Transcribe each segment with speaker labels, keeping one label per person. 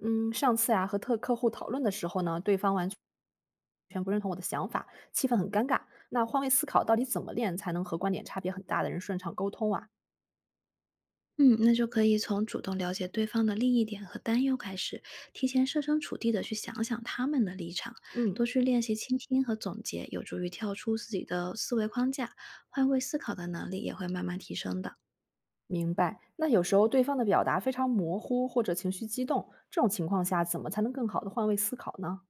Speaker 1: 嗯，上次啊和特客户讨论的时候呢，对方完全不认同我的想法，气氛很尴尬。那换位思考到底怎么练才能和观点差别很大的人顺畅沟通啊？
Speaker 2: 嗯，那就可以从主动了解对方的利益点和担忧开始，提前设身处地的去想想他们的立场，多
Speaker 1: 嗯，
Speaker 2: 去练习倾听和总结，有助于跳出自己的思维框架，换位思考的能力也会慢慢提升的。
Speaker 1: 明白。那有时候对方的表达非常模糊或者情绪激动，这种情况下怎么才能更好的换位思考呢？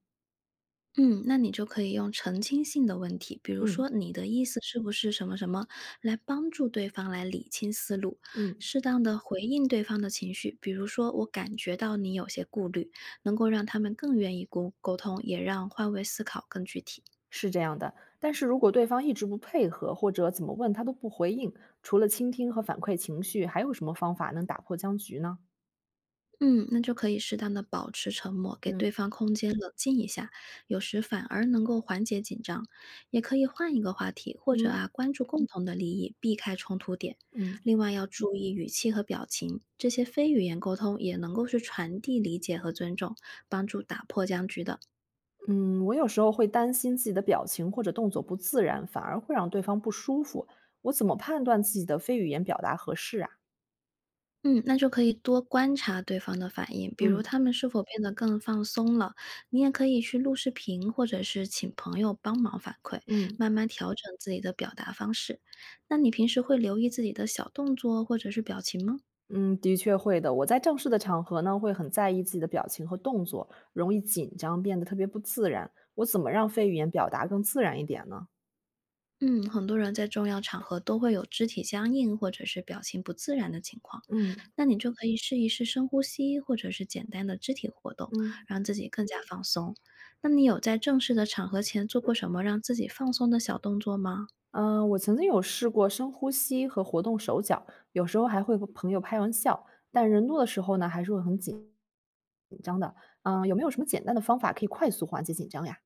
Speaker 2: 嗯，那你就可以用澄清性的问题，比如
Speaker 1: 嗯
Speaker 2: 说你的意思是不是什么什么，来帮助对方来理清思路，
Speaker 1: 嗯，
Speaker 2: 适当的回应对方的情绪，比如说我感觉到你有些顾虑，能够让他们更愿意沟通，也让换位思考更具体。
Speaker 1: 是这样的。但是如果对方一直不配合或者怎么问他都不回应，除了倾听和反馈情绪，还有什么方法能打破僵局呢？
Speaker 2: 嗯，那就可以适当的保持沉默，给
Speaker 1: 嗯
Speaker 2: 对方空间冷静一下，有时反而能够缓解紧张。也可以换一个话题，或者
Speaker 1: 嗯
Speaker 2: 啊，关注共同的利益，避开冲突点。
Speaker 1: 嗯。
Speaker 2: 另外要注意语气和表情，这些非语言沟通也能够去传递理解和尊重，帮助打破僵局的。
Speaker 1: 嗯，我有时候会担心自己的表情或者动作不自然，反而会让对方不舒服。我怎么判断自己的非语言表达合适啊？
Speaker 2: 嗯，那就可以多观察对方的反应，比如
Speaker 1: 嗯
Speaker 2: 他们是否变得更放松了。你也可以去录视频，或者是请朋友帮忙反馈，
Speaker 1: 嗯
Speaker 2: 慢慢调整自己的表达方式。那你平时会留意自己的小动作或者是表情吗？
Speaker 1: 嗯，的确会的。我在正式的场合呢，会很在意自己的表情和动作，容易紧张，变得特别不自然。我怎么让非语言表达更自然一点呢？
Speaker 2: 嗯，很多人在重要场合都会有肢体僵硬或者是表情不自然的情况，
Speaker 1: 嗯
Speaker 2: 那你就可以试一试深呼吸，或者是简单的肢体活动，
Speaker 1: 嗯
Speaker 2: 让自己更加放松。那你有在正式的场合前做过什么让自己放松的小动作吗？
Speaker 1: 嗯、我曾经有试过深呼吸和活动手脚，有时候还会和朋友开玩笑，但人多的时候呢，还是会很紧张的，嗯，有没有什么简单的方法可以快速缓解紧张呀？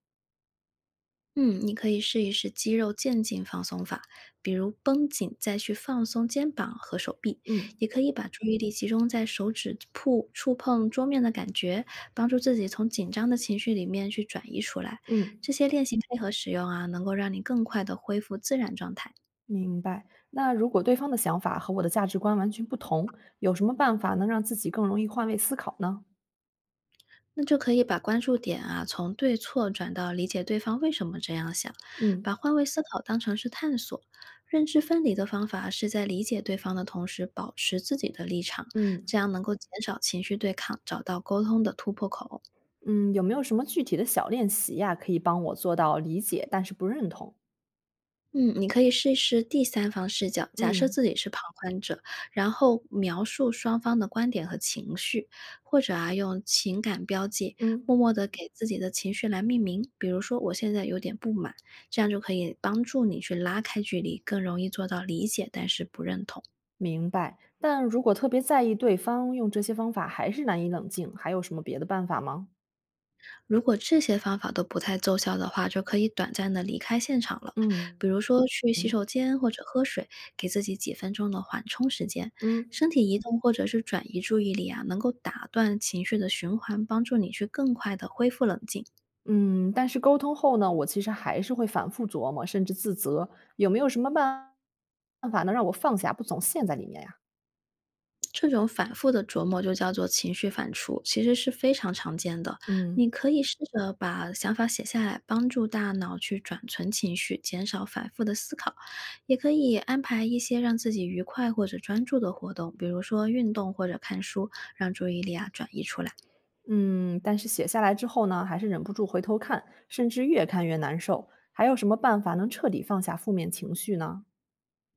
Speaker 2: 嗯，你可以试一试肌肉渐进放松法，比如绷紧再去放松肩膀和手臂，
Speaker 1: 嗯
Speaker 2: 也可以把注意力集中在手指触碰桌面的感觉，帮助自己从紧张的情绪里面去转移出来。
Speaker 1: 嗯，
Speaker 2: 这些练习配合使用啊，能够让你更快的恢复自然状态。
Speaker 1: 明白。那如果对方的想法和我的价值观完全不同，有什么办法能让自己更容易换位思考呢？
Speaker 2: 那就可以把关注点啊，从对错转到理解对方为什么这样想，
Speaker 1: 嗯
Speaker 2: 把换位思考当成是探索。认知分离的方法是在理解对方的同时，保持自己的立场，
Speaker 1: 嗯
Speaker 2: 这样能够减少情绪对抗，找到沟通的突破口。
Speaker 1: 嗯，有没有什么具体的小练习呀，可以帮我做到理解但是不认同？
Speaker 2: 嗯，你可以试一试第三方视角，假设
Speaker 1: 嗯
Speaker 2: 自己是旁观者，然后描述双方的观点和情绪，或者啊用情感标记，
Speaker 1: 嗯，
Speaker 2: 默默的给自己的情绪来命名。比如说，我现在有点不满，这样就可以帮助你去拉开距离，更容易做到理解但是不认同。
Speaker 1: 明白。但如果特别在意对方用这些方法还是难以冷静，还有什么别的办法吗？
Speaker 2: 如果这些方法都不太奏效的话，就可以短暂的离开现场了，
Speaker 1: 嗯
Speaker 2: 比如说去洗
Speaker 1: 嗯
Speaker 2: 手间或者喝水，给自己几分钟的缓冲时间。
Speaker 1: 嗯，
Speaker 2: 身体移动或者是转移注意力啊，能够打断情绪的循环，帮助你去更快的恢复冷静。
Speaker 1: 嗯，但是沟通后呢，我其实还是会反复琢磨，甚至自责，有没有什么办法能让我放下，不总陷在里面呀？
Speaker 2: 这种反复的琢磨就叫做情绪反刍，其实是非常常见的。
Speaker 1: 嗯
Speaker 2: 你可以试着把想法写下来，帮助大脑去转存情绪，减少反复的思考。也可以安排一些让自己愉快或者专注的活动，比如说运动或者看书，让注意力啊转移出来。
Speaker 1: 嗯，但是写下来之后呢，还是忍不住回头看，甚至越看越难受。还有什么办法能彻底放下负面情绪呢？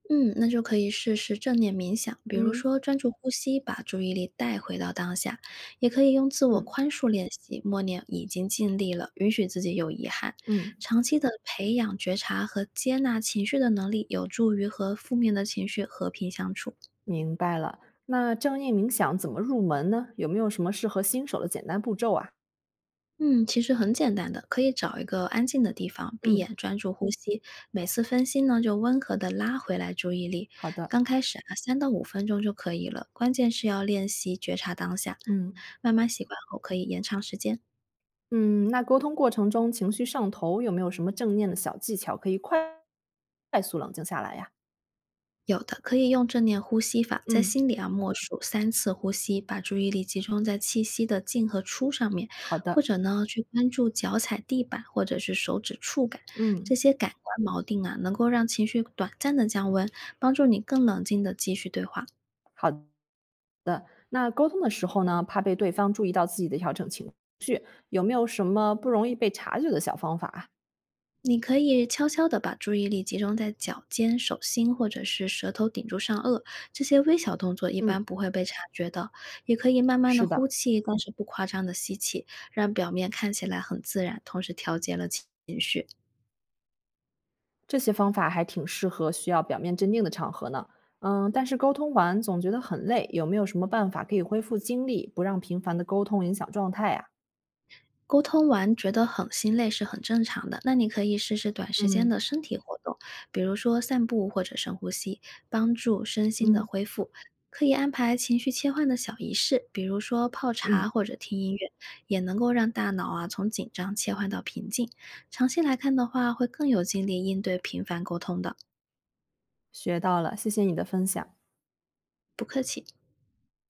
Speaker 2: 嗯，那就可以试试正念冥想，比如
Speaker 1: 嗯
Speaker 2: 说专注呼吸，把注意力带回到当下；也可以用自我
Speaker 1: 嗯
Speaker 2: 宽恕练习，默念已经尽力了，允许自己有遗憾。
Speaker 1: 嗯，
Speaker 2: 长期的培养觉察和接纳情绪的能力，有助于和负面的情绪和平相处。
Speaker 1: 明白了。那正念冥想怎么入门呢？有没有什么适合新手的简单步骤啊？
Speaker 2: 嗯，其实很简单的，可以找一个安静的地方，闭
Speaker 1: 嗯，
Speaker 2: 眼专注呼吸。每次分心呢，就温和的拉回来注意力。
Speaker 1: 好的，
Speaker 2: 刚开始啊，3到5分钟就可以了，关键是要练习觉察当下，
Speaker 1: 嗯。
Speaker 2: 慢慢习惯后可以延长时间。
Speaker 1: 嗯，那沟通过程中情绪上头，有没有什么正念的小技巧可以快速冷静下来呀？
Speaker 2: 有的可以用正念呼吸法，在
Speaker 1: 嗯，
Speaker 2: 心里啊默数3次呼吸，把注意力集中在气息的进和出上面，
Speaker 1: 好
Speaker 2: 或
Speaker 1: 的，
Speaker 2: 者呢去关注脚踩地板或者是手指触感，
Speaker 1: 嗯，
Speaker 2: 这些感官锚定啊，能够让情绪短暂的降温，帮助你更冷静的继续对话。
Speaker 1: 好的。那沟通的时候呢，怕被对方注意到自己的调整情绪，有没有什么不容易被察觉的小方法啊？
Speaker 2: 你可以悄悄地把注意力集中在脚尖、手心或者是舌头顶住上颚，这些微小动作一
Speaker 1: 嗯，
Speaker 2: 般不会被察觉的。也可以慢慢的
Speaker 1: 是
Speaker 2: 呼
Speaker 1: 的，
Speaker 2: 气，但是不夸张的吸气，让表面看起来很自然，同时调节了情绪。
Speaker 1: 这些方法还挺适合需要表面镇定的场合呢。嗯，但是沟通完总觉得很累，有没有什么办法可以恢复精力，不让频繁的沟通影响状态呀？
Speaker 2: 沟通完觉得很心累是很正常的，那你可以试试短时间
Speaker 1: 嗯
Speaker 2: 的身体活动，比如说散步或者深呼吸，帮助身心的
Speaker 1: 嗯
Speaker 2: 恢复。可以安排情绪切换的小仪式，比如说泡茶
Speaker 1: 嗯，
Speaker 2: 或者听音乐，也能够让大脑啊从紧张切换到平静。长期来看的话，会更有精力应对频繁沟通的。
Speaker 1: 学到了，谢谢你的分享。
Speaker 2: 不客气。